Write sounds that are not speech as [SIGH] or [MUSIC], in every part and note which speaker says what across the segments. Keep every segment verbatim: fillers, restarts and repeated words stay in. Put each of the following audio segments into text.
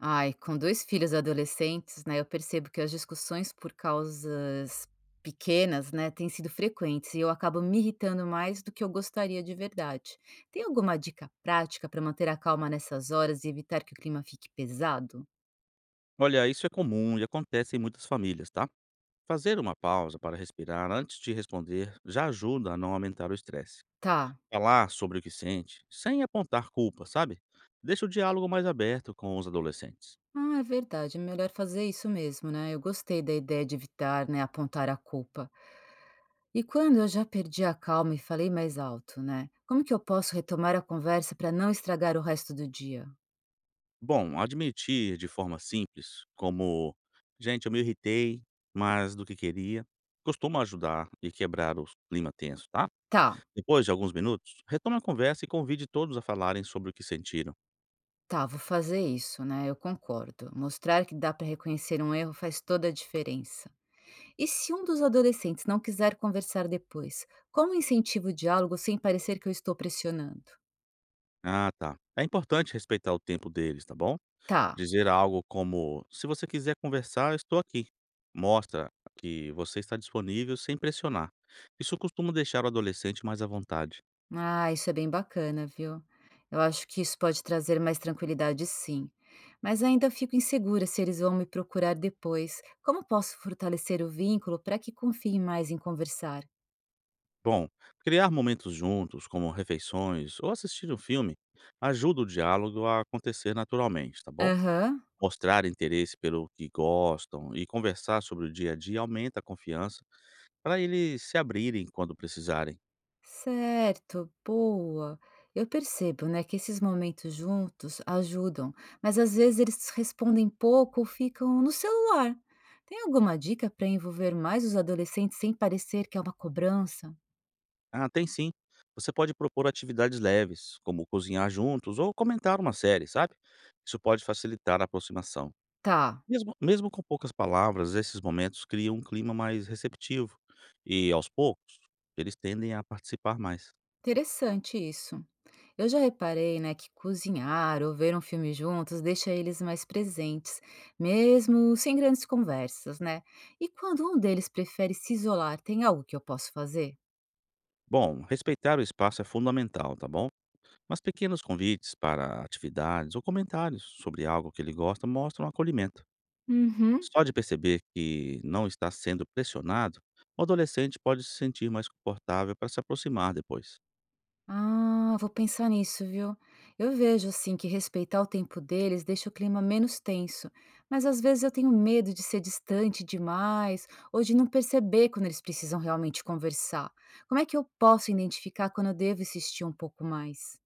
Speaker 1: Ai, com dois filhos adolescentes, né, eu percebo que as discussões por causas pequenas, né, têm sido frequentes e eu acabo me irritando mais do que eu gostaria de verdade. Tem alguma dica prática para manter a calma nessas horas e evitar que o clima fique pesado?
Speaker 2: Olha, isso é comum e acontece em muitas famílias, tá? Fazer uma pausa para respirar antes de responder já ajuda a não aumentar o estresse.
Speaker 1: Tá.
Speaker 2: Falar sobre o que sente, sem apontar culpa, sabe? Deixa o diálogo mais aberto com os adolescentes.
Speaker 1: Ah, é verdade, é melhor fazer isso mesmo, né? Eu gostei da ideia de evitar, né, apontar a culpa. E quando eu já perdi a calma e falei mais alto, né? Como que eu posso retomar a conversa para não estragar o resto do dia?
Speaker 2: Bom, admitir de forma simples, como gente, eu me irritei mais do que queria, costuma ajudar e quebrar o clima tenso, tá?
Speaker 1: Tá.
Speaker 2: Depois de alguns minutos, retome a conversa e convide todos a falarem sobre o que sentiram.
Speaker 1: Tá, vou fazer isso, né? Eu concordo. Mostrar que dá para reconhecer um erro faz toda a diferença. E se um dos adolescentes não quiser conversar depois, como incentivo o diálogo sem parecer que eu estou pressionando?
Speaker 2: Ah, tá. É importante respeitar o tempo deles, tá bom?
Speaker 1: Tá.
Speaker 2: Dizer algo como: "Se você quiser conversar, eu estou aqui". Mostra que você está disponível sem pressionar. Isso costuma deixar o adolescente mais à vontade.
Speaker 1: Ah, isso é bem bacana, viu? Eu acho que isso pode trazer mais tranquilidade, sim. Mas ainda fico insegura se eles vão me procurar depois. Como posso fortalecer o vínculo para que confiem mais em conversar?
Speaker 2: Bom, criar momentos juntos, como refeições ou assistir um filme, ajuda o diálogo a acontecer naturalmente, tá bom?
Speaker 1: Aham.
Speaker 2: Mostrar interesse pelo que gostam e conversar sobre o dia a dia aumenta a confiança para eles se abrirem quando precisarem.
Speaker 1: Certo, boa. Eu percebo, né, que esses momentos juntos ajudam, mas às vezes eles respondem pouco ou ficam no celular. Tem alguma dica para envolver mais os adolescentes sem parecer que é uma cobrança?
Speaker 2: Ah, tem sim. Você pode propor atividades leves, como cozinhar juntos ou comentar uma série, sabe? Isso pode facilitar a aproximação.
Speaker 1: Tá,
Speaker 2: Mesmo, mesmo com poucas palavras, esses momentos criam um clima mais receptivo e, aos poucos, eles tendem a participar mais.
Speaker 1: interessante isso. Eu já reparei, né, que cozinhar ou ver um filme juntos deixa eles mais presentes, mesmo sem grandes conversas, né? E quando um deles prefere se isolar, tem algo que eu posso fazer?
Speaker 2: Bom, respeitar o espaço é fundamental, tá bom? Mas pequenos convites para atividades ou comentários sobre algo que ele gosta mostram acolhimento.
Speaker 1: Uhum.
Speaker 2: Só de perceber que não está sendo pressionado, o adolescente pode se sentir mais confortável para se aproximar depois.
Speaker 1: Ah, vou pensar nisso, viu? Eu vejo assim que respeitar o tempo deles deixa o clima menos tenso, mas às vezes eu tenho medo de ser distante demais ou de não perceber quando eles precisam realmente conversar. Como é que eu posso identificar quando eu devo insistir um pouco mais?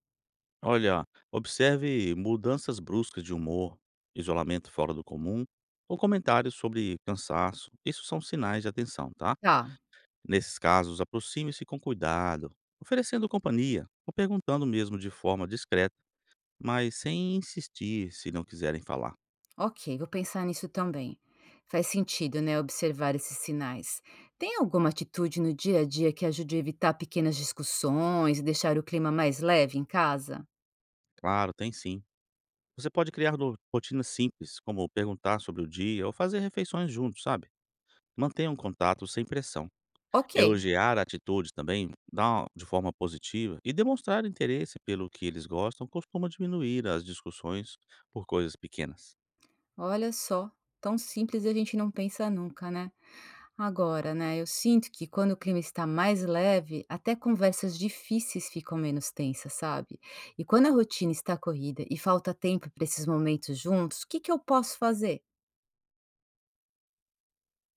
Speaker 2: Olha, observe mudanças bruscas de humor, isolamento fora do comum ou comentários sobre cansaço. Isso são sinais de atenção, tá?
Speaker 1: Tá,
Speaker 2: Nesses casos, aproxime-se com cuidado, oferecendo companhia ou perguntando mesmo de forma discreta, mas sem insistir se não quiserem falar.
Speaker 1: ok, vou pensar nisso também. Faz sentido, né, observar esses sinais. Tem alguma atitude no dia a dia que ajude a evitar pequenas discussões e deixar o clima mais leve em casa?
Speaker 2: Claro, tem sim. Você pode criar no- rotinas simples, como perguntar sobre o dia ou fazer refeições juntos, sabe? Mantenha um contato sem pressão.
Speaker 1: Ok.
Speaker 2: Elogiar a atitude também, dar de forma positiva e demonstrar interesse pelo que eles gostam costuma diminuir as discussões por coisas pequenas.
Speaker 1: Olha só, tão simples e a gente não pensa nunca, né? Agora, né, eu sinto que quando o clima está mais leve, até conversas difíceis ficam menos tensas, sabe? E quando a rotina está corrida e falta tempo para esses momentos juntos, o que que eu posso fazer?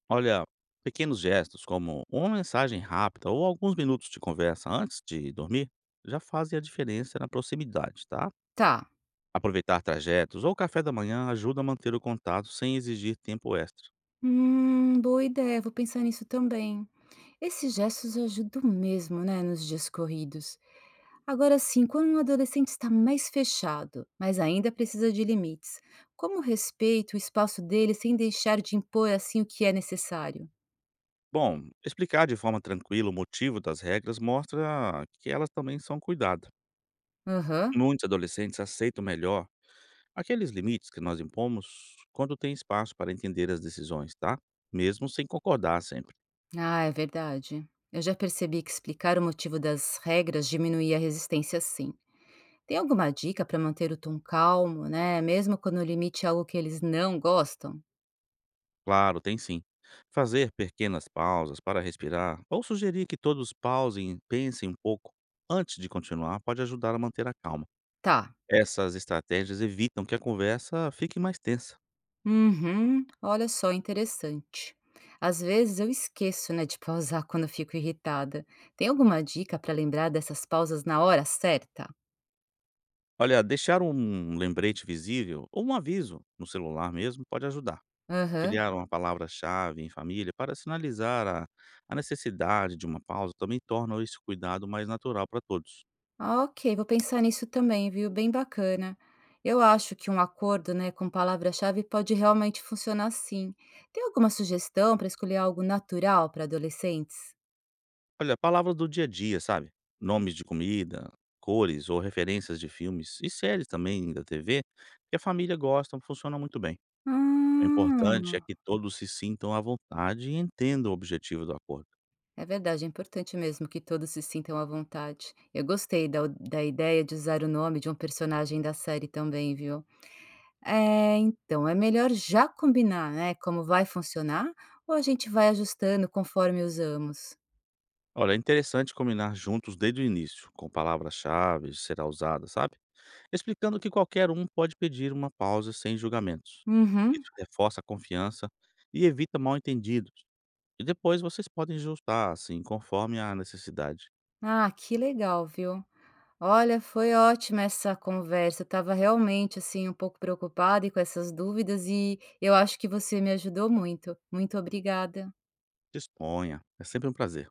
Speaker 2: Olha, pequenos gestos como uma mensagem rápida ou alguns minutos de conversa antes de dormir já fazem a diferença na proximidade, tá?
Speaker 1: Tá.
Speaker 2: Aproveitar trajetos ou café da manhã ajuda a manter o contato sem exigir tempo extra.
Speaker 1: Hum, boa ideia, vou pensar nisso também. Esses gestos ajudam mesmo, né, nos dias corridos. Agora sim, quando um adolescente está mais fechado, mas ainda precisa de limites, como respeito o espaço dele sem deixar de impor assim o que é necessário?
Speaker 2: Bom, explicar de forma tranquila o motivo das regras mostra que elas também são cuidadas.
Speaker 1: Aham.
Speaker 2: Muitos adolescentes aceitam melhor aqueles limites que nós impomos quando tem espaço para entender as decisões, tá? Mesmo sem concordar sempre.
Speaker 1: Ah, é verdade. Eu já percebi que explicar o motivo das regras diminuía a resistência sim. Tem alguma dica para manter o tom calmo, né? Mesmo quando o limite é algo que eles não gostam?
Speaker 2: Claro, tem sim. Fazer pequenas pausas para respirar ou sugerir que todos pausem e pensem um pouco antes de continuar pode ajudar a manter a calma.
Speaker 1: Tá,
Speaker 2: Essas estratégias evitam que a conversa fique mais tensa.
Speaker 1: uhum. Olha só, interessante. Às vezes eu esqueço, né, de pausar [LAUGHS] quando eu fico irritada. Tem alguma dica para lembrar dessas pausas na hora certa?
Speaker 2: Olha, deixar um lembrete visível ou um aviso no celular mesmo pode ajudar.
Speaker 1: Aham.
Speaker 2: Criar uma palavra-chave em família para sinalizar a, a necessidade de uma pausa também torna esse cuidado mais natural para todos.
Speaker 1: Ah, ok, vou pensar nisso também, viu? Bem bacana. Eu acho que um acordo, né, com palavra-chave pode realmente funcionar sim. Tem alguma sugestão para escolher algo natural para adolescentes?
Speaker 2: Olha, palavras do dia a dia, sabe? Nomes de comida, cores ou referências de filmes e séries também da T V que a família gosta funciona muito bem. O importante é
Speaker 1: Ah.
Speaker 2: que todos se sintam à vontade e entendam o objetivo do acordo.
Speaker 1: É verdade, é importante mesmo que todos se sintam à vontade. Eu gostei da, da ideia de usar o nome de um personagem da série também, viu? É, então, é melhor já combinar, né, como vai funcionar, ou a gente vai ajustando conforme usamos?
Speaker 2: Olha, é interessante combinar juntos desde o início, com palavras-chave, será usada, sabe? Explicando que qualquer um pode pedir uma pausa sem julgamentos.
Speaker 1: Uhum.
Speaker 2: Isso reforça a confiança e evita mal-entendidos. E depois vocês podem ajustar, assim, conforme a necessidade.
Speaker 1: Ah, que legal, viu? Olha, foi ótima essa conversa. Eu estava realmente, assim, um pouco preocupada e com essas dúvidas e eu acho que você me ajudou muito. Muito obrigada.
Speaker 2: Disponha. É sempre um prazer.